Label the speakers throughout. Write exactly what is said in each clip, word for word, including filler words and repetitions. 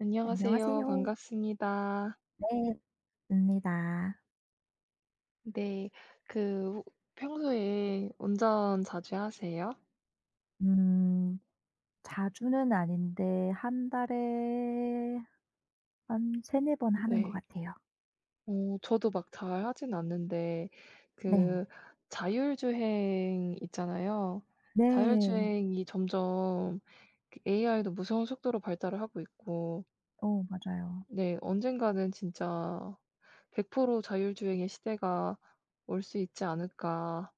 Speaker 1: 안녕하세요.
Speaker 2: 안녕하세요.
Speaker 1: 반갑습니다.
Speaker 2: 네, 입니다.
Speaker 1: 네. 그 혹 평소에 운전 자주 하세요?
Speaker 2: 음 자주는 아닌데 한 달에 한 세네 번 하는 것
Speaker 1: 네.
Speaker 2: 같아요.
Speaker 1: 어 저도 막 잘 하진 않는데
Speaker 2: 네.
Speaker 1: 그 자율주행 있잖아요.
Speaker 2: 네.
Speaker 1: 자율주행이 점점 그 에이아이도 무서운 속도로 발달을 하고 있고
Speaker 2: 어 맞아요.
Speaker 1: 네 언젠가는 진짜 '백 퍼센트 자율주행의 시대가 올 수 있지 않을까.'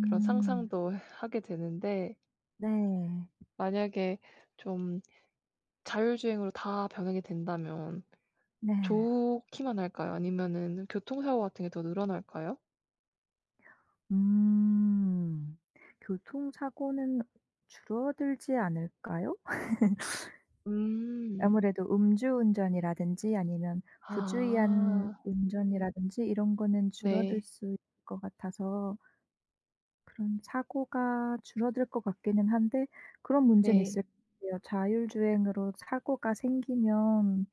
Speaker 1: 그런 상상도 하게 되는데
Speaker 2: 네.
Speaker 1: 만약에 좀 자율주행으로 다 병행이 된다면
Speaker 2: 네.
Speaker 1: 좋기만 할까요? 아니면은 교통사고 같은 게 더 늘어날까요?
Speaker 2: 음. 교통사고는 줄어들지 않을까요?
Speaker 1: 음.
Speaker 2: 아무래도 음주운전이라든지 아니면 부주의한
Speaker 1: 아.
Speaker 2: 운전이라든지 이런 거는 줄어들
Speaker 1: 네.
Speaker 2: 수 있을 것 같아서 그런 사고가 줄어들 것 같기는 한데 그런 문제는
Speaker 1: 네.
Speaker 2: 있을 것 같아요. 자율주행으로 사고가 생기면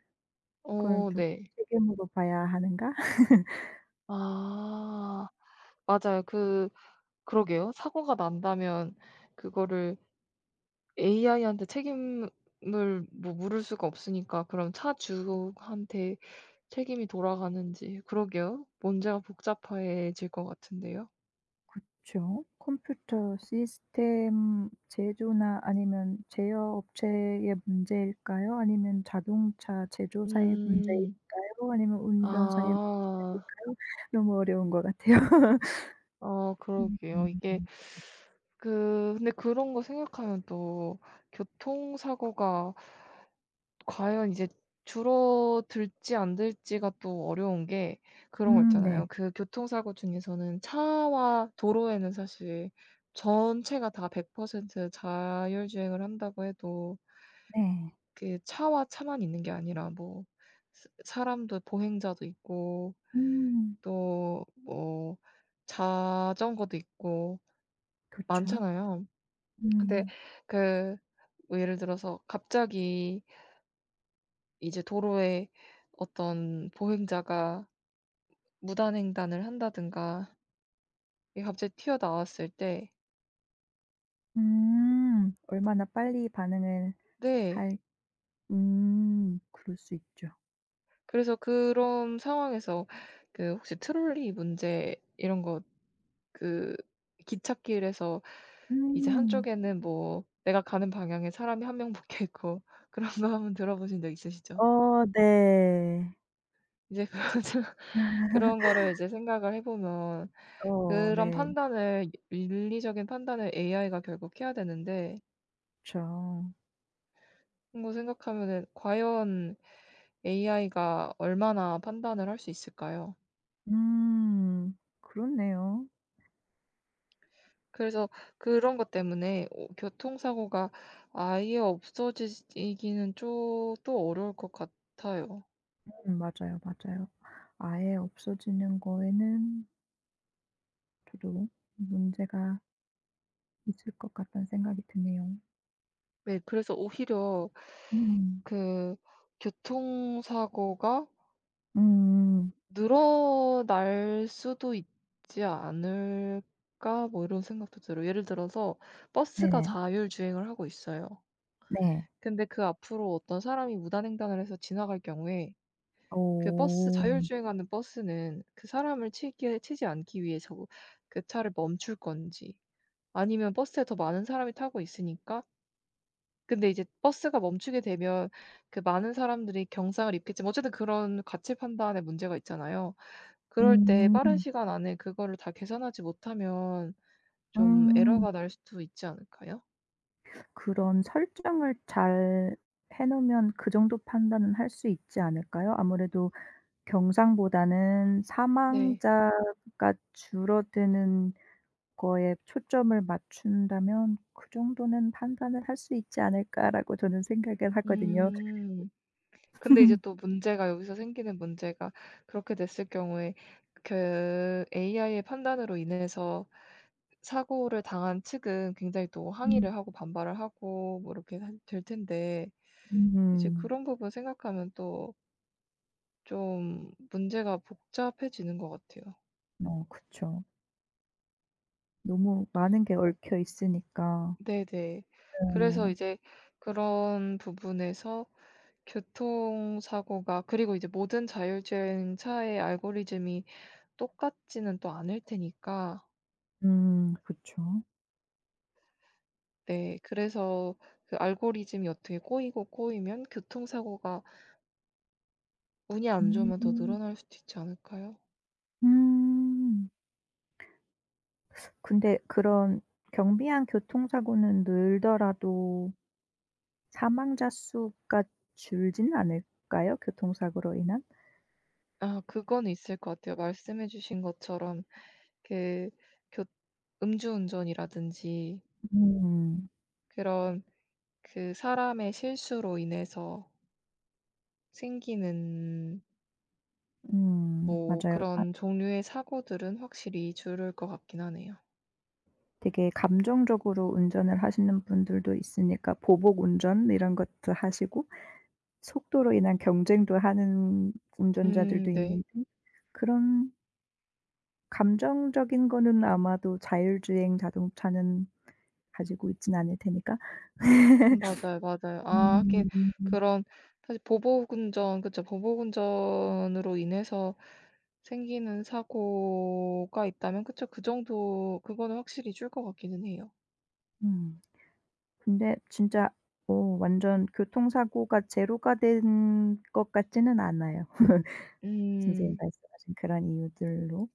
Speaker 2: 그걸
Speaker 1: 어
Speaker 2: 누구
Speaker 1: 네.
Speaker 2: 책임으로 봐야 하는가?
Speaker 1: 아. 맞아요. 그 그러게요. 사고가 난다면 그거를 에이아이한테 책임을 뭐 물을 수가 없으니까 그럼 차 주한테 책임이 돌아가는지 그러게요. 문제가 복잡해질 것 같은데요.
Speaker 2: 그쵸. 컴퓨터 시스템 제조나 아니면 제어 업체의 문제일까요? 아니면 자동차 제조사의
Speaker 1: 음.
Speaker 2: 문제일까요? 아니면 운전사의
Speaker 1: 아.
Speaker 2: 문제일까요? 너무 어려운 것 같아요.
Speaker 1: 어
Speaker 2: 음.
Speaker 1: 그러게요. 이게 그 근데 그런 거 생각하면 또 교통사고가 과연 이제 줄어들지 안 들지가 또 어려운 게 그런 거
Speaker 2: 음 네.
Speaker 1: 있잖아요. 그 교통사고 중에서는 차와 도로에는 사실 전체가 다 백 퍼센트 자율주행을 한다고 해도
Speaker 2: 네.
Speaker 1: 그 차와 차만 있는 게 아니라 뭐 스 사람도 보행자도 있고
Speaker 2: 음.
Speaker 1: 또 뭐 자전거도 있고
Speaker 2: 그죠.
Speaker 1: 많잖아요. 근데
Speaker 2: 음.
Speaker 1: 그뭐 예를 들어서 갑자기 이제 도로에 어떤 보행자가 무단횡단을 한다든가 이게 갑자기 튀어나왔을 때
Speaker 2: 음. 얼마나 빨리 반응을
Speaker 1: 네.
Speaker 2: 할. 음. 그럴 수 있죠.
Speaker 1: 그래서 그런 상황에서 그 혹시 트롤리 문제 이런 거 그 기찻길에서 이제
Speaker 2: 음.
Speaker 1: 한쪽에는 뭐 내가 가는 방향에 사람이 한 명 묶여 있고 그런 거 한번 들어보신 적 있으시죠?
Speaker 2: 어 네.
Speaker 1: 이제 그런 그런 거를 이제 생각을 해 보면
Speaker 2: 어
Speaker 1: 그런
Speaker 2: 네.
Speaker 1: 판단을 윤리적인 판단을 에이아이가 결국 해야 되는데
Speaker 2: 그쵸.
Speaker 1: 그런 거 생각하면은 과연 에이아이가 얼마나 판단을 할 수 있을까요?
Speaker 2: 음. 그렇네요.
Speaker 1: 그래서 그런 것 때문에 오- 교통사고가 아예 없어지기는 좀 또 어려울 것 같아요.
Speaker 2: 음 맞아요, 맞아요. 아예 없어지는 거에는 저도 문제가 있을 것 같다는 생각이 드네요.
Speaker 1: 네 그래서 오히려
Speaker 2: 음.
Speaker 1: 그 교통사고가
Speaker 2: 음.
Speaker 1: 늘어날 수도 있지 않을까? 뭐 이런 생각도 들어요. 예를 들어서 버스가
Speaker 2: 네.
Speaker 1: 자율주행을 하고 있어요.
Speaker 2: 네.
Speaker 1: 근데 그 앞으로 어떤 사람이 무단횡단을 해서 지나갈 경우에 그 버스
Speaker 2: 어.
Speaker 1: 자율주행하는 버스는 그 사람을 치기 치지 않기 위해서 그 차를 멈출 건지 아니면 버스에 더 많은 사람이 타고 있으니까 근데 이제 버스가 멈추게 되면 그 많은 사람들이 경상을 입겠지만 어쨌든 그런 가치 판단의 문제가 있잖아요. 그럴 때 빠른
Speaker 2: 음.
Speaker 1: 시간 안에 그거를 다 계산하지 못하면 좀
Speaker 2: 음.
Speaker 1: 에러가 날 수도 있지 않을까요?
Speaker 2: 그런 설정을 잘 해 놓으면 그 정도 판단은 할 수 있지 않을까요? 아무래도 경상보다는
Speaker 1: 네.
Speaker 2: 사망자가 줄어드는 거에 초점을 맞춘다면 '그 정도는 판단을 할 수 있지 않을까.'라고 저는 생각을 하거든요.
Speaker 1: 음. 근데 이제 또 문제가 여기서 생기는 문제가 그렇게 됐을 경우에 그 에이아이의 판단으로 인해서 사고를 당한 측은 굉장히 또
Speaker 2: 음.
Speaker 1: 항의를 하고 반발을 하고 뭐 이렇게 한- 될 텐데 이제
Speaker 2: 음.
Speaker 1: 그런 부분 생각하면 또 좀 문제가 복잡해지는 것 같아요.
Speaker 2: 어 그쵸. 너무 많은 게 얽혀 있으니까.
Speaker 1: 네네. 그래서
Speaker 2: 네.
Speaker 1: 이제 그런 부분에서 교통사고가 그리고 이제 모든 자율주행 차의 알고리즘이 똑같지는 또 않을 테니까
Speaker 2: 음 그쵸.
Speaker 1: 네 그래서 그 알고리즘이 어떻게 꼬이고 꼬이면 교통사고가 운이 안 좋으면 더
Speaker 2: 음.
Speaker 1: 늘어날 수도 있지 않을까요?
Speaker 2: 음. 근데 그런 경비한 교통사고는 늘더라도 사망자 수가 줄지는 않을까요? 교통사고로 인한?
Speaker 1: 아 그건 있을 것 같아요. 말씀해 주신 것처럼 그 교 음주운전이라든지
Speaker 2: 음.
Speaker 1: 그런 그 사람의 실수로 인해서 생기는
Speaker 2: 음
Speaker 1: 뭐
Speaker 2: 맞아요. 아
Speaker 1: 그런 종류의 사고들은 확실히 줄을 것 같긴 하네요.
Speaker 2: 되게 감정적으로 운전을 하시는 분들도 있으니까 보복 운전 이런 것도 하시고 속도로 인한 경쟁도 하는 운전자들도
Speaker 1: 음 네.
Speaker 2: 있는데 그런 감정적인 거는 아마도 자율주행 자동차는 가지고 있진 않을 테니까.
Speaker 1: 맞아요, 맞아요. 아 하긴
Speaker 2: 음.
Speaker 1: 그런 사실 보복운전 그쵸. 보복운전으로 인해서 생기는 사고가 있다면 그쵸. 그 정도 그거는 확실히 줄 것 같기는 해요.
Speaker 2: 음. 근데 진짜 어 완전 교통사고가 제로가 된 것 같지는 않아요. 선생님
Speaker 1: 음.
Speaker 2: 말씀하신 그런 이유들로.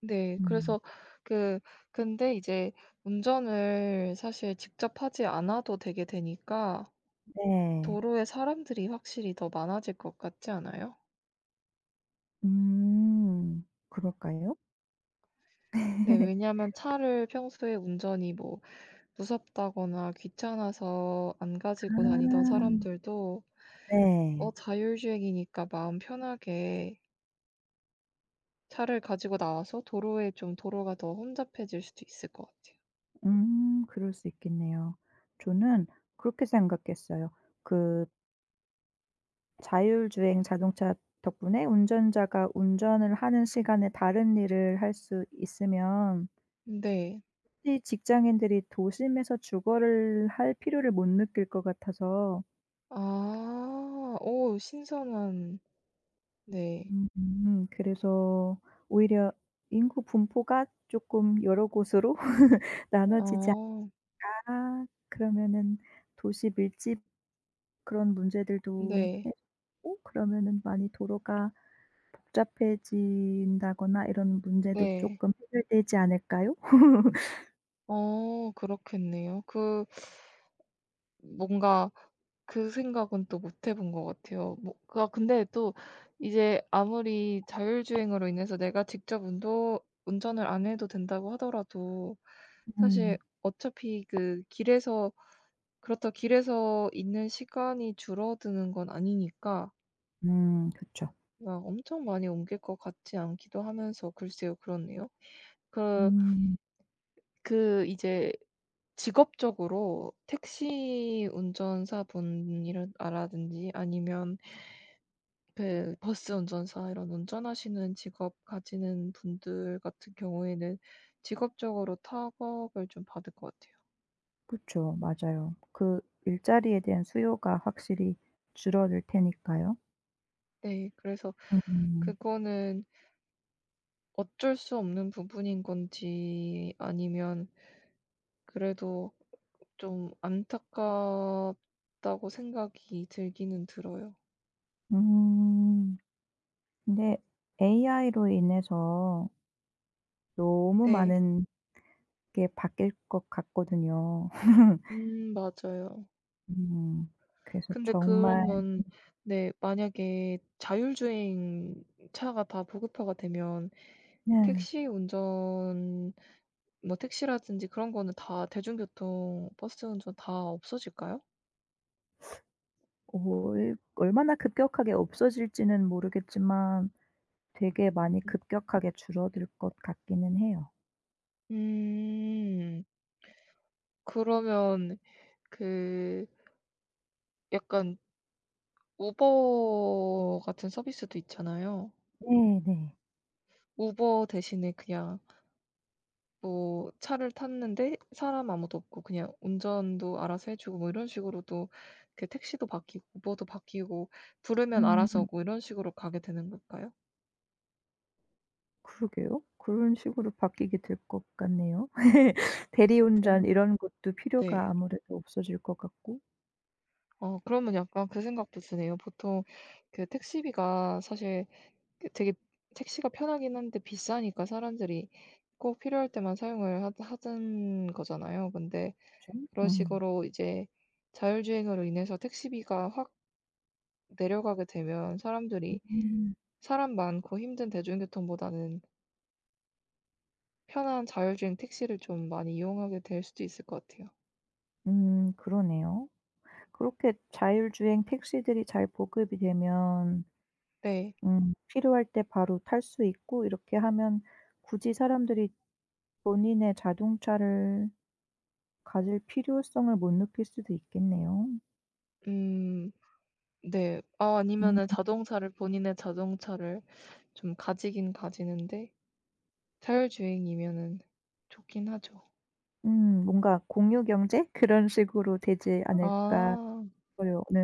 Speaker 1: 네.
Speaker 2: 음.
Speaker 1: 그래서 그 근데 이제 운전을 사실 직접 하지 않아도 되게 되니까
Speaker 2: 네.
Speaker 1: 도로에 사람들이 확실히 더 많아질 것 같지 않아요?
Speaker 2: 음. 그럴까요?
Speaker 1: 네, 왜냐하면 차를 평소에 운전이 뭐 무섭다거나 귀찮아서 안 가지고
Speaker 2: 아.
Speaker 1: 다니던 사람들도 어,
Speaker 2: 네.
Speaker 1: 자율주행이니까 마음 편하게 차를 가지고 나와서 도로에 좀 도로가 더 혼잡해질 수도 있을 것 같아요.
Speaker 2: 음 그럴 수 있겠네요. 저는 그렇게 생각했어요. 그 자율주행 자동차 덕분에 운전자가 운전을 하는 시간에 다른 일을 할 수 있으면
Speaker 1: 네.
Speaker 2: 혹시 직장인들이 도심에서 주거를 할 필요를 못 느낄 것 같아서
Speaker 1: 아, 오, 신선한, 네.
Speaker 2: 음 그래서 오히려 인구 분포가 쪼끔 여러 곳으로 나눠지지
Speaker 1: 어,
Speaker 2: 않아 그러면은 도시 밀집 그런 문제들도
Speaker 1: 네.
Speaker 2: 해소되고 그러면은 많이 도로가 복잡해진다거나 이런 문제도
Speaker 1: 네.
Speaker 2: 쪼끔 해결되지 않을까요?
Speaker 1: 어, 그렇겠네요. 그, 뭔가 그 생각은 또 못해본 것 같아요. 뭐 그- 아 근데 또 이제 아무리 자율주행으로 인해서 내가 직접 운도 운전을 안 해도 된다고 하더라도 사실
Speaker 2: 음.
Speaker 1: 어차피 그 길에서 그렇다 길에서 있는 시간이 줄어드는 건 아니니까
Speaker 2: 음 그쵸.
Speaker 1: 막 엄청 많이 옮길 것 같지 않기도 하면서 글쎄요. 그렇네요. 그
Speaker 2: 음.
Speaker 1: 그 이제 직업적으로 택시 운전사분이 라든지 아니면 그 버스 운전사 이런 운전하시는 직업 가지는 분들 같은 경우에는 직업적으로 타격을 좀 받을 것 같아요.
Speaker 2: 그쵸. 맞아요. 그 일자리에 대한 수요가 확실히 줄어들 테니까요.
Speaker 1: 네. 그래서
Speaker 2: 음.
Speaker 1: 그거는 어쩔 수 없는 부분인 건지 아니면 그래도 좀 안타깝다고 생각이 들기는 들어요.
Speaker 2: 음. 근데 에이아이로 인해서 너무
Speaker 1: 네.
Speaker 2: 많은 게 바뀔 것 같거든요.
Speaker 1: 음 맞아요.
Speaker 2: 음. 그래서
Speaker 1: 근데
Speaker 2: 정말
Speaker 1: 그러면 네 만약에 자율주행 차가 다 보급화가 되면
Speaker 2: 네.
Speaker 1: 택시 운전 뭐 택시라든지 그런 거는 다 대중교통, 버스 운전 다 없어질까요?
Speaker 2: 올 얼마나 급격하게 없어질지는 모르겠지만 되게 많이
Speaker 1: 음.
Speaker 2: 급격하게 줄어들 것 같기는 해요.
Speaker 1: 음. 그러면 그 약간 우버 같은 서비스도 있잖아요.
Speaker 2: 네네.
Speaker 1: 우버 대신에 그냥 뭐 차를 탔는데 사람 아무도 없고 그냥 운전도 알아서 해 주고 뭐 이런 식으로도 그 택시도 바뀌고 우버도 바뀌고 부르면 알아서
Speaker 2: 음.
Speaker 1: 오고 이런 식으로 가게 되는 걸까요?
Speaker 2: 그러게요. 그런 식으로 바뀌게 될 것 같네요. 대리운전
Speaker 1: 오
Speaker 2: 이런 것도
Speaker 1: 네.
Speaker 2: 필요가 아무래도 없어질 것 같고
Speaker 1: 어 그러면 약간 그 생각도 드네요. 보통 그 택시비가 사실 그 되게 택시가 편하긴 한데 비싸니까 사람들이 꼭 필요할 때만 사용을 하 하던 거잖아요. 근데
Speaker 2: 좀
Speaker 1: 그런
Speaker 2: 음.
Speaker 1: 식으로 이제 자율주행으로 인해서 택시비가 확 내려가게 되면 사람들이
Speaker 2: 음.
Speaker 1: 사람 많고 힘든 대중교통보다는 편한 자율주행 택시를 좀 많이 이용하게 될 수도 있을 것 같아요.
Speaker 2: 음 그러네요. 그렇게 자율주행 택시들이 잘 보급이 되면
Speaker 1: 네.
Speaker 2: 음 필요할 때 바로 탈 수 있고 이렇게 하면 굳이 사람들이 본인의 자동차를 가질 필요성을 못 느낄 수도 있겠네요.
Speaker 1: 음 네. 아 아니면은
Speaker 2: 음
Speaker 1: 자동차를 본인의 자동차를 좀 가지긴 가지는데 자율주행이면은 좋긴 하죠.
Speaker 2: 음 뭔가 공유 경제 그런 식으로 되지 않을까
Speaker 1: 아
Speaker 2: 싶어요. 네.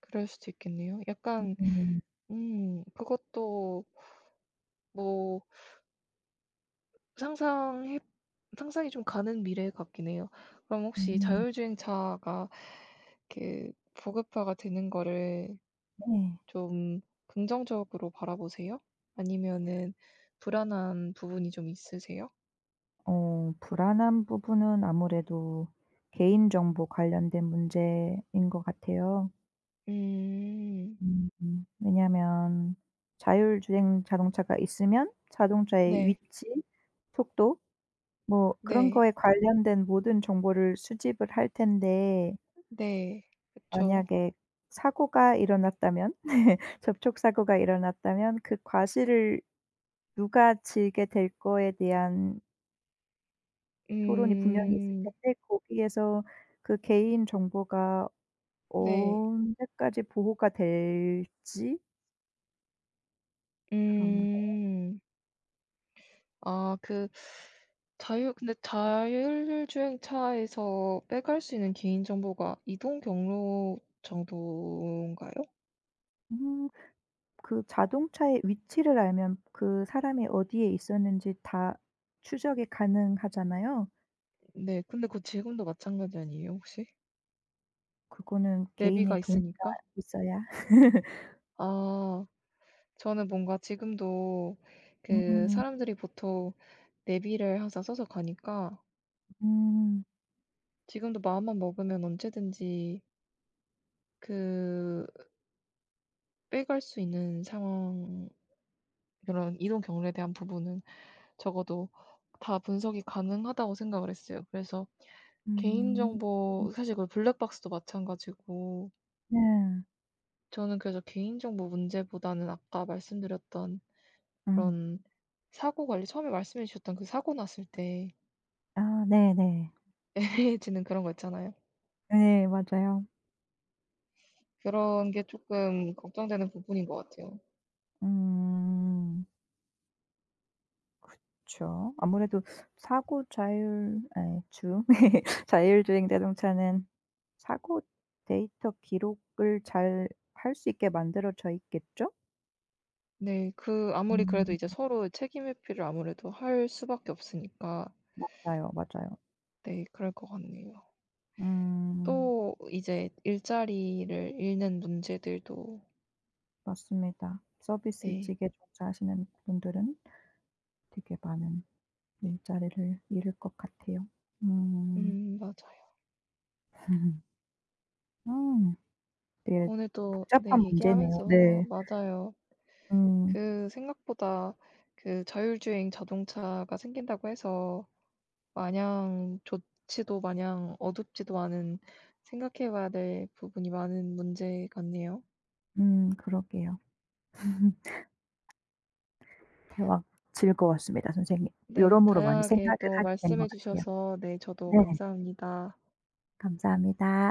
Speaker 1: 그럴 수도 있겠네요. 약간
Speaker 2: 음.
Speaker 1: 음 그것도 뭐 상상해 상상이 좀 가는 미래 같긴 해요. 그럼 혹시
Speaker 2: 음.
Speaker 1: 자율주행차가 그 보급화가 되는 거를
Speaker 2: 네.
Speaker 1: 좀 긍정적으로 바라보세요? 아니면은 불안한 부분이 좀 있으세요?
Speaker 2: 어 불안한 부분은 아무래도 개인정보 관련된 문제인 것 같아요.
Speaker 1: 음.
Speaker 2: 음 음. 왜냐하면 자율주행 자동차가 있으면 자동차의
Speaker 1: 네.
Speaker 2: 위치, 속도 뭐 그런
Speaker 1: 네.
Speaker 2: 거에 관련된 모든 정보를 수집을 할 텐데
Speaker 1: 네. 그쵸.
Speaker 2: 만약에 사고가 일어났다면 접촉 사고가 일어났다면 그 과실을 누가 지게 될 거에 대한 토론이 분명히 있을
Speaker 1: 음.
Speaker 2: 텐데 거기에서 그 개인 정보가
Speaker 1: 네.
Speaker 2: 언제까지 보호가 될지 그런 거.
Speaker 1: 음. 아 그 자율 근데 자율주행차에서 빼갈 수 있는 개인정보가 이동 경로 정도인가요?
Speaker 2: 음 그 자동차의 위치를 알면 그 사람이 어디에 있었는지 다 추적이 가능하잖아요.
Speaker 1: 네. 근데 그 지금도 마찬가지 아니에요 혹시?
Speaker 2: 그거는 개인의
Speaker 1: 내비가
Speaker 2: 동의가
Speaker 1: 있으니까?
Speaker 2: 있어야.
Speaker 1: 아. 저는 뭔가 지금도 그
Speaker 2: 음.
Speaker 1: 사람들이 보통 내비를 항상 써서 가니까
Speaker 2: 음.
Speaker 1: 지금도 마음만 먹으면 언제든지 그 빼갈 수 있는 상황 그런 이동 경로에 대한 부분은 적어도 다 분석이 가능하다고 생각을 했어요. 그래서
Speaker 2: 음.
Speaker 1: 개인정보 사실 그 블랙박스도 마찬가지고
Speaker 2: 네.
Speaker 1: 저는 그래서 개인정보 문제보다는 아까 말씀드렸던
Speaker 2: 음.
Speaker 1: 그런 사고 관리 처음에 말씀해 주셨던 그 사고 났을 때
Speaker 2: 아 네네.
Speaker 1: 애매해지는 그런 거 있잖아요.
Speaker 2: 네 네, 맞아요.
Speaker 1: 그런 게 조금 걱정되는 부분인 것 같아요.
Speaker 2: 음. 그쵸. 아무래도 사고 자율 에, 주 자율주행 자동차는 사고 데이터 기록을 잘 할 수 있게 만들어져 있겠죠?
Speaker 1: 네. 그 아무리 그래도 이제
Speaker 2: 음
Speaker 1: 서로 책임 회피를 아무래도 할 수밖에 없으니까
Speaker 2: 맞아요, 맞아요.
Speaker 1: 네 그럴 것 같네요.
Speaker 2: 음
Speaker 1: 또 이제 일자리를 잃는 문제들도
Speaker 2: 맞습니다.
Speaker 1: 네.
Speaker 2: 서비스직에 종사하시는 분들은 되게 많은 일자리를 잃을 것 같아요. 음.
Speaker 1: 음 맞아요.
Speaker 2: 음. 되게
Speaker 1: 오늘 또 네
Speaker 2: 복잡한 문제네요.
Speaker 1: 얘기하면서
Speaker 2: 네.
Speaker 1: 맞아요.
Speaker 2: 음.
Speaker 1: 그 생각보다 그 자율주행 자동차가 생긴다고 해서 마냥 좋지도 마냥 어둡지도 않은 생각해 봐야 될 부분이 많은 문제 같네요.
Speaker 2: 음 그러게요. 대화 즐거웠습니다 선생님.
Speaker 1: 네.
Speaker 2: 여러모로 많이
Speaker 1: 다양하게
Speaker 2: 생각을
Speaker 1: 또
Speaker 2: 하게 된 것
Speaker 1: 말씀해
Speaker 2: 같아요.
Speaker 1: 주셔서 네 저도
Speaker 2: 네.
Speaker 1: 감사합니다.
Speaker 2: 감사합니다.